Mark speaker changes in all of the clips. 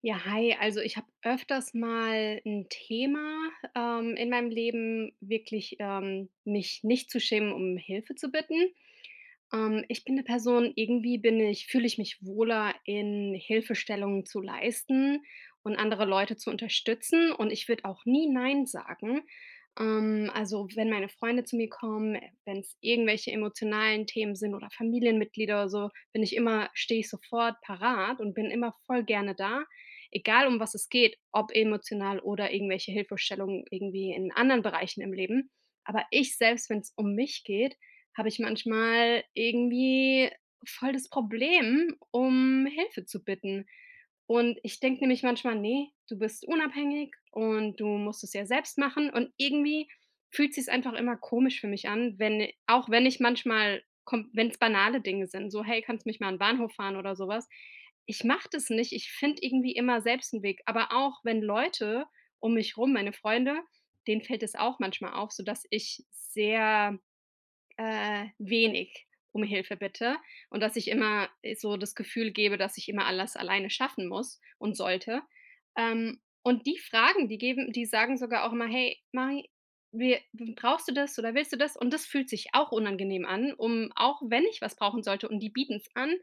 Speaker 1: Ja, hi. Also ich habe öfters mal ein Thema, in meinem Leben, wirklich, mich nicht zu schämen, um Hilfe zu bitten. Ich bin eine Person, irgendwie bin ich fühle ich mich wohler in Hilfestellungen zu leisten und andere Leute zu unterstützen, und ich würde auch nie „nein" sagen. Also, wenn meine Freunde zu mir kommen, wenn es irgendwelche emotionalen Themen sind oder Familienmitglieder oder so, bin ich immer stehe ich sofort parat und bin immer voll gerne da, egal um was es geht, ob emotional oder irgendwelche Hilfestellungen irgendwie in anderen Bereichen im Leben. Aber ich selbst, wenn es um mich geht, habe ich manchmal irgendwie voll das Problem, um Hilfe zu bitten. Und ich denke nämlich manchmal: nee, du bist unabhängig und du musst es ja selbst machen." Und irgendwie fühlt sich's einfach immer komisch für mich an, wenn auch wenn ich manchmal, wenn es banale Dinge sind, so: „Hey, kannst mich mal an 'n Bahnhof fahren?" oder sowas. Ich mache das nicht. Ich finde irgendwie immer selbst einen Weg. Aber auch wenn Leute um mich rum, meine Freunde, denen fällt es auch manchmal auf, sodass ich sehr wenig um Hilfe bitte, und dass ich immer so das Gefühl gebe, dass ich immer alles alleine schaffen muss und sollte. Und die fragen, die geben die sagen sogar auch immer: „Hey, Mari, wir brauchst du das oder willst du das?" Und das fühlt sich auch unangenehm an, um auch wenn ich was brauchen sollte und die bieten es an,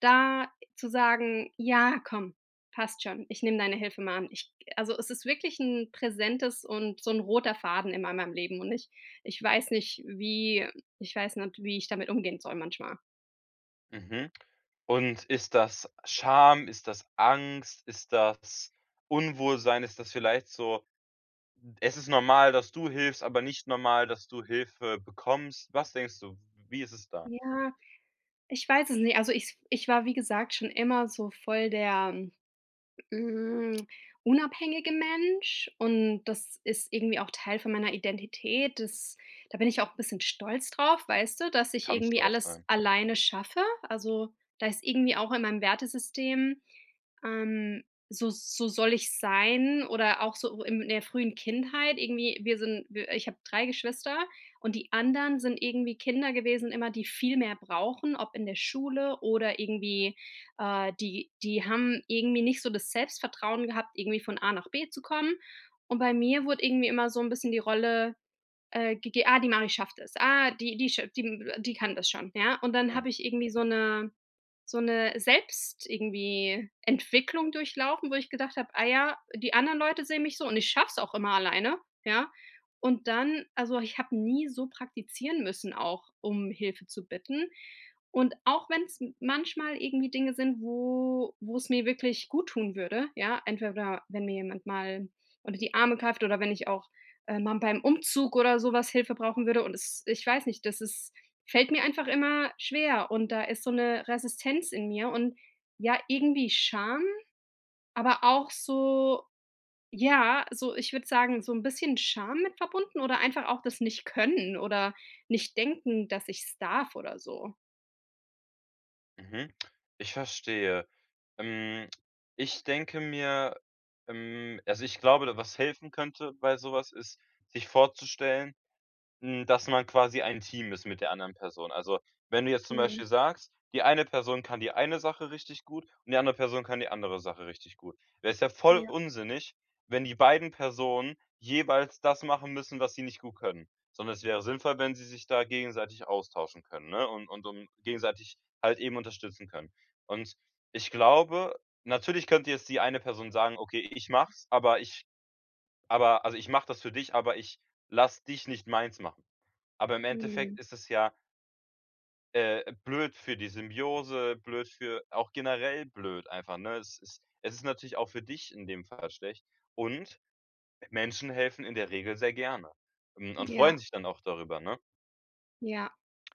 Speaker 1: da zu sagen: „Ja, komm, passt schon. Ich nehme deine Hilfe mal an." Ich Also, es ist wirklich ein präsentes und so ein roter Faden immer in meinem Leben, und ich weiß nicht, wie ich damit umgehen soll manchmal.
Speaker 2: Mhm. Und ist das Scham? Ist das Angst? Ist das Unwohlsein? Ist das vielleicht so: „Es ist normal, dass du hilfst, aber nicht normal, dass du Hilfe bekommst.“ Was denkst du? Wie ist es da?
Speaker 1: Ja, ich weiß es nicht. Also, ich war, wie gesagt, schon immer so voll der Hm, unabhängiger Mensch, und das ist irgendwie auch Teil von meiner Identität. Das Da bin ich auch ein bisschen stolz drauf, weißt du, dass ich
Speaker 2: Kannst
Speaker 1: irgendwie
Speaker 2: du auch
Speaker 1: alles
Speaker 2: sein.
Speaker 1: alleine schaffe. Also, da ist irgendwie auch in meinem Wertesystem, ähm, so soll ich sein, oder auch so in der frühen Kindheit irgendwie wir sind wir ich habe 3 Geschwister, und die anderen sind irgendwie Kinder gewesen immer, die viel mehr brauchen, ob in der Schule oder irgendwie, die haben irgendwie nicht so das Selbstvertrauen gehabt, irgendwie von A nach B zu kommen. Und bei mir wurde irgendwie immer so ein bisschen die Rolle die Mari schafft es. Die kann das schon, ja? Und dann
Speaker 2: Mhm.
Speaker 1: habe ich irgendwie so eine selbst irgendwie Entwicklung durchlaufen, wo ich gedacht habe: „Ah ja, die anderen Leute sehen mich so und ich schaff's auch immer alleine", ja? Und dann, also, ich habe nie so praktizieren müssen auch, um Hilfe zu bitten. Und auch wenn es manchmal irgendwie Dinge sind, wo es mir wirklich gut tun würde, ja? Entweder wenn mir jemand mal unter die Arme greift, oder wenn ich auch man beim Umzug oder sowas Hilfe brauchen würde, und es ich weiß nicht, das ist fällt mir einfach immer schwer, und da ist so eine Resistenz in mir, und ja, irgendwie Scham, aber auch so, ja, so, ich würde sagen, so ein bisschen Scham mit verbunden, oder einfach auch das Nicht-Können, oder nicht denken, dass ich es darf oder so.
Speaker 2: Mhm. Ich verstehe. Ähm, ich denke mir, also, ich glaube, was helfen könnte bei sowas, ist, sich vorzustellen: Hm, dass man quasi ein Team ist mit der anderen Person. Also, wenn du jetzt zum
Speaker 1: Mhm.
Speaker 2: Beispiel sagst, die eine Person kann die eine Sache richtig gut und die andere Person kann die andere Sache richtig gut. Wäre es ja voll
Speaker 1: Ja.
Speaker 2: unsinnig, wenn die beiden Personen jeweils das machen müssen, was sie nicht gut können, sondern es wäre sinnvoll, wenn sie sich da gegenseitig austauschen können, ne, und um gegenseitig halt eben unterstützen können. Und ich glaube, natürlich könnte jetzt die eine Person sagen: „Okay, ich mache aber ich aber also, ich mache das für dich, aber ich lass dich nicht meins machen.“ Aber im Endeffekt
Speaker 1: Mhm.
Speaker 2: ist es ja blöd für die Symbiose, blöd für auch generell blöd einfach, ne? Es ist natürlich auch für dich in dem Fall schlecht. Und Menschen helfen in der Regel sehr gerne, hm, und freuen
Speaker 1: Ja.
Speaker 2: sich dann auch darüber, ne?
Speaker 1: Ja.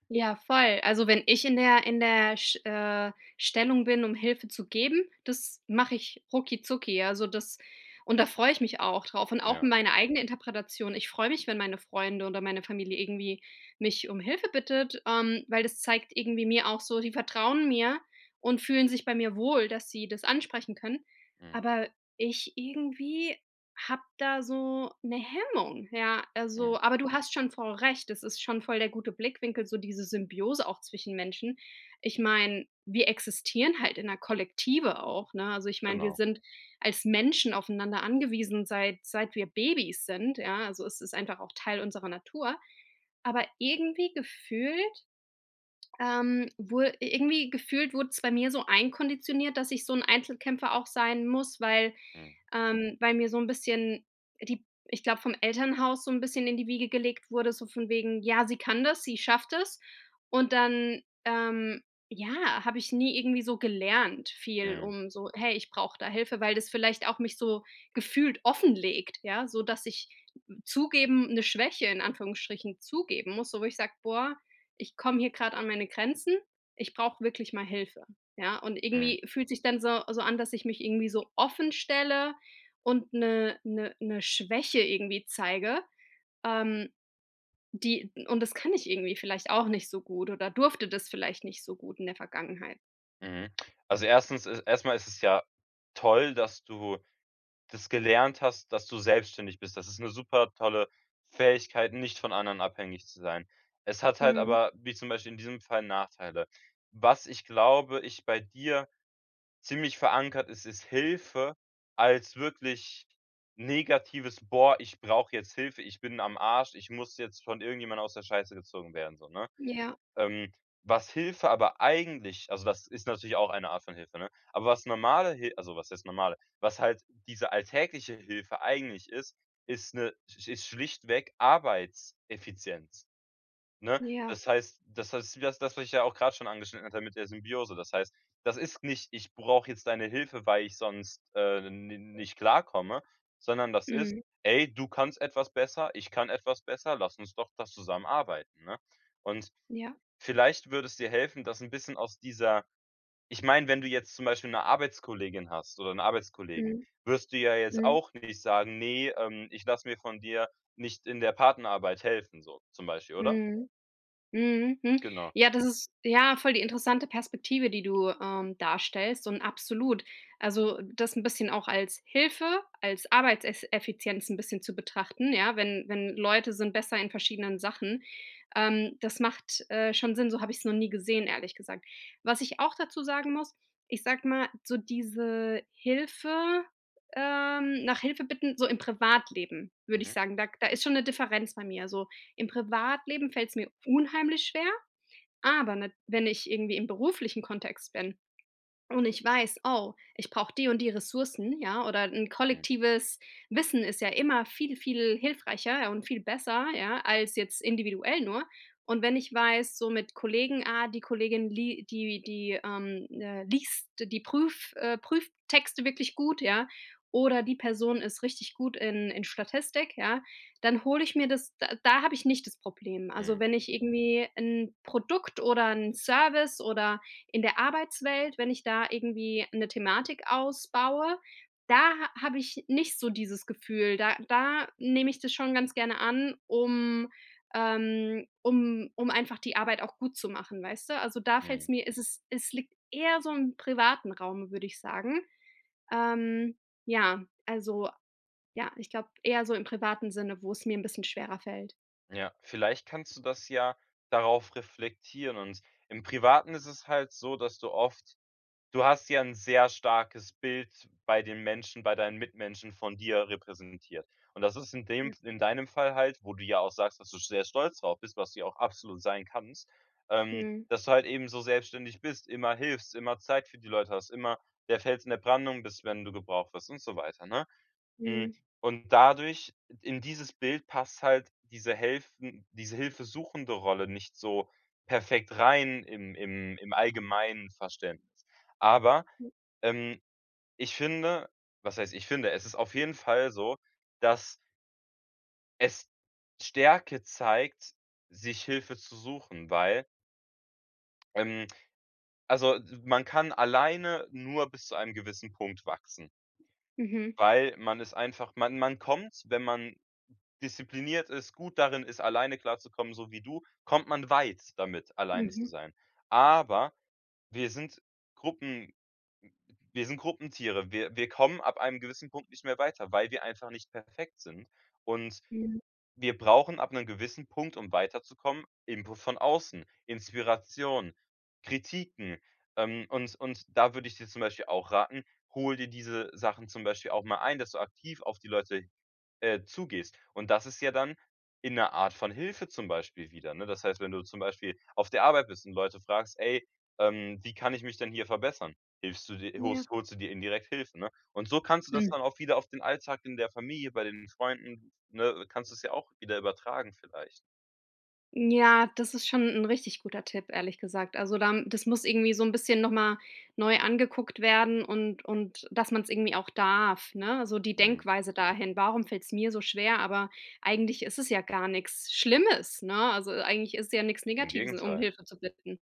Speaker 1: Ja, voll. Also, wenn ich in der Sch Stellung bin, um Hilfe zu geben, das mache ich rucki zucki. Also, das und da freue ich mich auch drauf, und auch
Speaker 2: Ja,
Speaker 1: meine eigene Interpretation. Ich freue mich, wenn meine Freunde oder meine Familie irgendwie mich um Hilfe bittet, weil das zeigt irgendwie mir auch so, die vertrauen mir und fühlen sich bei mir wohl, dass sie das ansprechen können.
Speaker 2: mhm,
Speaker 1: Aber ich irgendwie habe da so eine Hemmung, ja.
Speaker 2: mhm,
Speaker 1: Also, aber du hast schon voll recht, es ist schon voll der gute Blickwinkel, so diese Symbiose auch zwischen Menschen. Ich meine, wir existieren halt in 'ner Kollektive auch, ne? Also, ich meine, wir
Speaker 2: genau.
Speaker 1: sind als Menschen aufeinander angewiesen, seit wir Babys sind, ja. Also, es ist einfach auch Teil unserer Natur. Aber irgendwie gefühlt wohl irgendwie gefühlt wurde es bei mir so einkonditioniert, dass ich so 'n Einzelkämpfer auch sein muss, weil,
Speaker 2: Mhm,
Speaker 1: weil mir so 'n bisschen die ich glaube, vom Elternhaus so 'n bisschen in die Wiege gelegt wurde, so von wegen: „Ja, sie kann das, sie schafft es." Und dann, ja, habe ich nie irgendwie so gelernt viel,
Speaker 2: mhm,
Speaker 1: um so: „Hey, ich brauche da Hilfe", weil das vielleicht auch mich so gefühlt offenlegt, ja, so dass ich zugeben 'ne Schwäche in Anführungsstrichen zugeben muss, so wo ich sage: „Boah, ich komme hier gerade an meine Grenzen, ich brauche wirklich mal Hilfe." Ja, und
Speaker 2: mhm,
Speaker 1: irgendwie fühlt sich dann so an, dass ich mich irgendwie so offen stelle und eine 'ne 'ne 'ne Schwäche irgendwie zeige, ähm, die und das kann ich irgendwie vielleicht auch nicht so gut, oder durfte das vielleicht nicht so gut in der Vergangenheit.
Speaker 2: mhm. Also, erstens ist es ja toll, dass du das gelernt hast, dass du selbstständig bist. Das ist eine super tolle Fähigkeit, nicht von anderen abhängig zu sein. Es hat halt
Speaker 1: Mhm.
Speaker 2: aber, wie zum Beispiel in diesem Fall, Nachteile. Was ich glaube, ich bei dir ziemlich verankert ist, ist Hilfe als wirklich negatives: „Boah, ich brauche jetzt Hilfe, ich bin am Arsch, ich muss jetzt von irgendjemand aus der Scheiße gezogen werden“, so, ne?
Speaker 1: Ja,
Speaker 2: Ähm, was Hilfe aber eigentlich, also das ist natürlich auch eine Art von Hilfe, ne? Aber was normale Hilfe, also was heißt normale, was halt diese alltägliche Hilfe eigentlich ist, ist eine, ist schlichtweg Arbeitseffizienz, ne?
Speaker 1: ja.
Speaker 2: Das heißt das heißt das das, was ich ja auch gerade schon angeschnitten hatte mit der Symbiose. Das heißt, das ist nicht: „Ich brauche jetzt deine Hilfe, weil ich sonst, n nicht klarkomme“, sondern das ist:
Speaker 1: Mhm.
Speaker 2: „Ey, du kannst etwas besser, ich kann etwas besser, lass uns doch das zusammenarbeiten, ne? Und
Speaker 1: Ja.
Speaker 2: vielleicht würde es dir helfen, das ein bisschen aus dieser, ich meine, wenn du jetzt zum Beispiel 'ne Arbeitskollegin hast oder 'n Arbeitskollegen,
Speaker 1: Mhm.
Speaker 2: wirst du ja jetzt
Speaker 1: Mhm.
Speaker 2: auch nicht sagen: „Ne, ich lasse mir von dir nicht in der Partnerarbeit helfen“, so zum Beispiel, oder?
Speaker 1: Mhm. Mhm, mhm.
Speaker 2: Genau.
Speaker 1: Ja, das ist ja voll die interessante Perspektive, die du darstellst, und absolut. Also, das ein bisschen auch als Hilfe, als Arbeitseffizienz ein bisschen zu betrachten, ja, wenn Leute sind besser in verschiedenen Sachen. Das macht schon Sinn, so habe ich es noch nie gesehen, ehrlich gesagt. Was ich auch dazu sagen muss, ich sag mal, so diese Hilfe nach Hilfe bitten, so im Privatleben, würde ich
Speaker 2: Mhm.
Speaker 1: sagen, da ist schon eine Differenz bei mir. So im Privatleben fällt es mir unheimlich schwer, aber nat wenn ich irgendwie im beruflichen Kontext bin, und ich weiß: „Oh, ich brauche die und die Ressourcen", ja, oder ein
Speaker 2: Mhm.
Speaker 1: kollektives Wissen ist ja immer viel, viel hilfreicher und viel besser, ja, als jetzt individuell nur. Und wenn ich weiß, so mit Kollegen, die Kollegin liest die Prüftexte wirklich gut, ja, oder die Person ist richtig gut in Statistik, ja, dann hole ich mir das. Da habe ich nicht das Problem. Also,
Speaker 2: Mhm.
Speaker 1: wenn ich irgendwie ein Produkt oder ein Service oder in der Arbeitswelt, wenn ich da irgendwie eine Thematik ausbaue, da ha habe ich nicht so dieses Gefühl. Da nehme ich das schon ganz gerne an, um einfach die Arbeit auch gut zu machen, weißt du? Also, da fällt es
Speaker 2: Mhm.
Speaker 1: mir ist es es liegt eher so im privaten Raum, würde ich sagen. Ähm, ja, also, ja, ich glaube eher so im privaten Sinne, wo es mir ein bisschen schwerer fällt.
Speaker 2: Ja, vielleicht kannst du das ja darauf reflektieren, und im Privaten ist es halt so, dass du oft: Du hast ja 'n sehr starkes Bild bei den Menschen, bei deinen Mitmenschen von dir repräsentiert. Und das ist in dem
Speaker 1: Ja.
Speaker 2: in deinem Fall halt, wo du ja auch sagst, dass du sehr stolz drauf bist, was du ja auch absolut sein kannst,
Speaker 1: Mhm,
Speaker 2: dass du halt eben so selbstständig bist, immer hilfst, immer Zeit für die Leute hast, immer der Fels in der Brandung bist, wenn du gebraucht wirst und so weiter, ne? Hm,
Speaker 1: mhm,
Speaker 2: und dadurch in dieses Bild passt halt diese hilfesuchende Rolle nicht so perfekt rein im allgemeinen Verständnis. Aber, ähm, ich finde, was heißt ich finde, es ist auf jeden Fall so, dass es Stärke zeigt, sich Hilfe zu suchen, weil, ähm also, man kann alleine nur bis zu einem gewissen Punkt wachsen,
Speaker 1: mhm,
Speaker 2: weil man ist einfach, man kommt, wenn man diszipliniert ist, gut darin ist, alleine klarzukommen, so wie du, kommt man weit damit, alleine zu
Speaker 1: mhm,
Speaker 2: sein. Aber wir sind Gruppen wir sind Gruppentiere. Wir kommen ab einem gewissen Punkt nicht mehr weiter, weil wir einfach nicht perfekt sind. Und
Speaker 1: mhm,
Speaker 2: wir brauchen ab einem gewissen Punkt, um weiterzukommen, Input von außen, Inspiration, Kritiken. Und da würde ich dir zum Beispiel auch raten, hol dir diese Sachen zum Beispiel auch mal ein, dass du aktiv auf die Leute zugehst. Und das ist ja dann in 'ner Art von Hilfe zum Beispiel wieder, ne? Das heißt, wenn du zum Beispiel auf der Arbeit bist und Leute fragst: „Ey, wie kann ich mich denn hier verbessern?“ Hilfst du dir
Speaker 1: mhm, ja.
Speaker 2: holst holst du dir indirekt Hilfe, ne? Und so kannst du das dann auch wieder auf den Alltag in der Familie, bei den Freunden, ne, kannst du's ja auch wieder übertragen vielleicht.
Speaker 1: Ja, das ist schon 'n richtig guter Tipp, ehrlich gesagt. Also, da das muss irgendwie so 'n bisschen noch mal neu angeguckt werden, und dass man's irgendwie auch darf, ne? So die
Speaker 2: Mhm.
Speaker 1: Denkweise dahin: „Warum fällt's mir so schwer?" Aber eigentlich ist es ja gar nix Schlimmes, ne? Also, eigentlich ist ja nix
Speaker 2: Im
Speaker 1: Negatives, um
Speaker 2: Gegenteil.
Speaker 1: Hilfe zu bitten.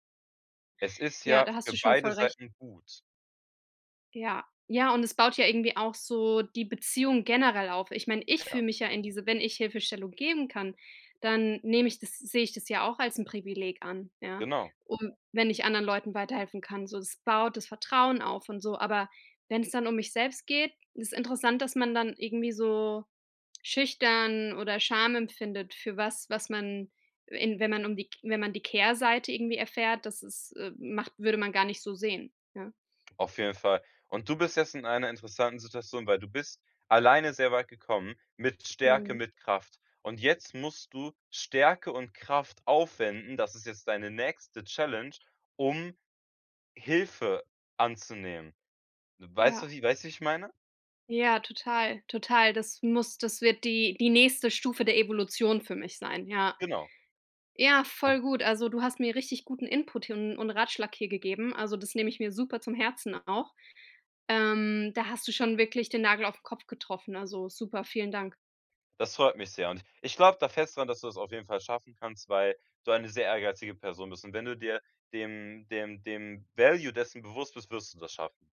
Speaker 2: Es ist
Speaker 1: Ja,
Speaker 2: ja
Speaker 1: da hast
Speaker 2: für
Speaker 1: du schon voll
Speaker 2: beide
Speaker 1: recht.
Speaker 2: Seiten gut.
Speaker 1: Ja. Ja, und es baut ja irgendwie auch so die Beziehung generell auf. Ich meine, ich fühle
Speaker 2: Ja,
Speaker 1: mich ja in diese wenn ich Hilfestellung geben kann, dann nehme ich das sehe ich das ja auch als ein Privileg an, ja?
Speaker 2: genau.
Speaker 1: Und wenn ich anderen Leuten weiterhelfen kann, so das baut das Vertrauen auf und so. Aber wenn es dann um mich selbst geht, ist interessant, dass man dann irgendwie so schüchtern oder Scham empfindet, für was, was man in wenn man um die wenn man die Kehrseite irgendwie erfährt, das ist, macht würde man gar nicht so sehen, ja?
Speaker 2: Auf jeden Fall. Und du bist jetzt in einer interessanten Situation, weil du bist alleine sehr weit gekommen, mit Stärke,
Speaker 1: Mhm.
Speaker 2: mit Kraft. Und jetzt musst du Stärke und Kraft aufwenden, das ist jetzt deine nächste Challenge, um Hilfe anzunehmen.
Speaker 1: Ja.
Speaker 2: Weißt du, wie ich meine?
Speaker 1: Ja, total, total. Das wird die nächste Stufe der Evolution für mich sein, ja.
Speaker 2: Genau.
Speaker 1: Ja,
Speaker 2: O,
Speaker 1: voll gut. Also, du hast mir richtig guten Input hier und Ratschlag hier gegeben. Also, das nehme ich mir super zum Herzen auch. Da hast du schon wirklich den Nagel auf den Kopf getroffen. Also, super, vielen Dank.
Speaker 2: das freut mich sehr. Und ich glaube da fest dran, dass du das auf jeden Fall schaffen kannst, weil du eine sehr ehrgeizige Person bist. Und wenn du dir dem Value dessen bewusst bist, wirst du das schaffen.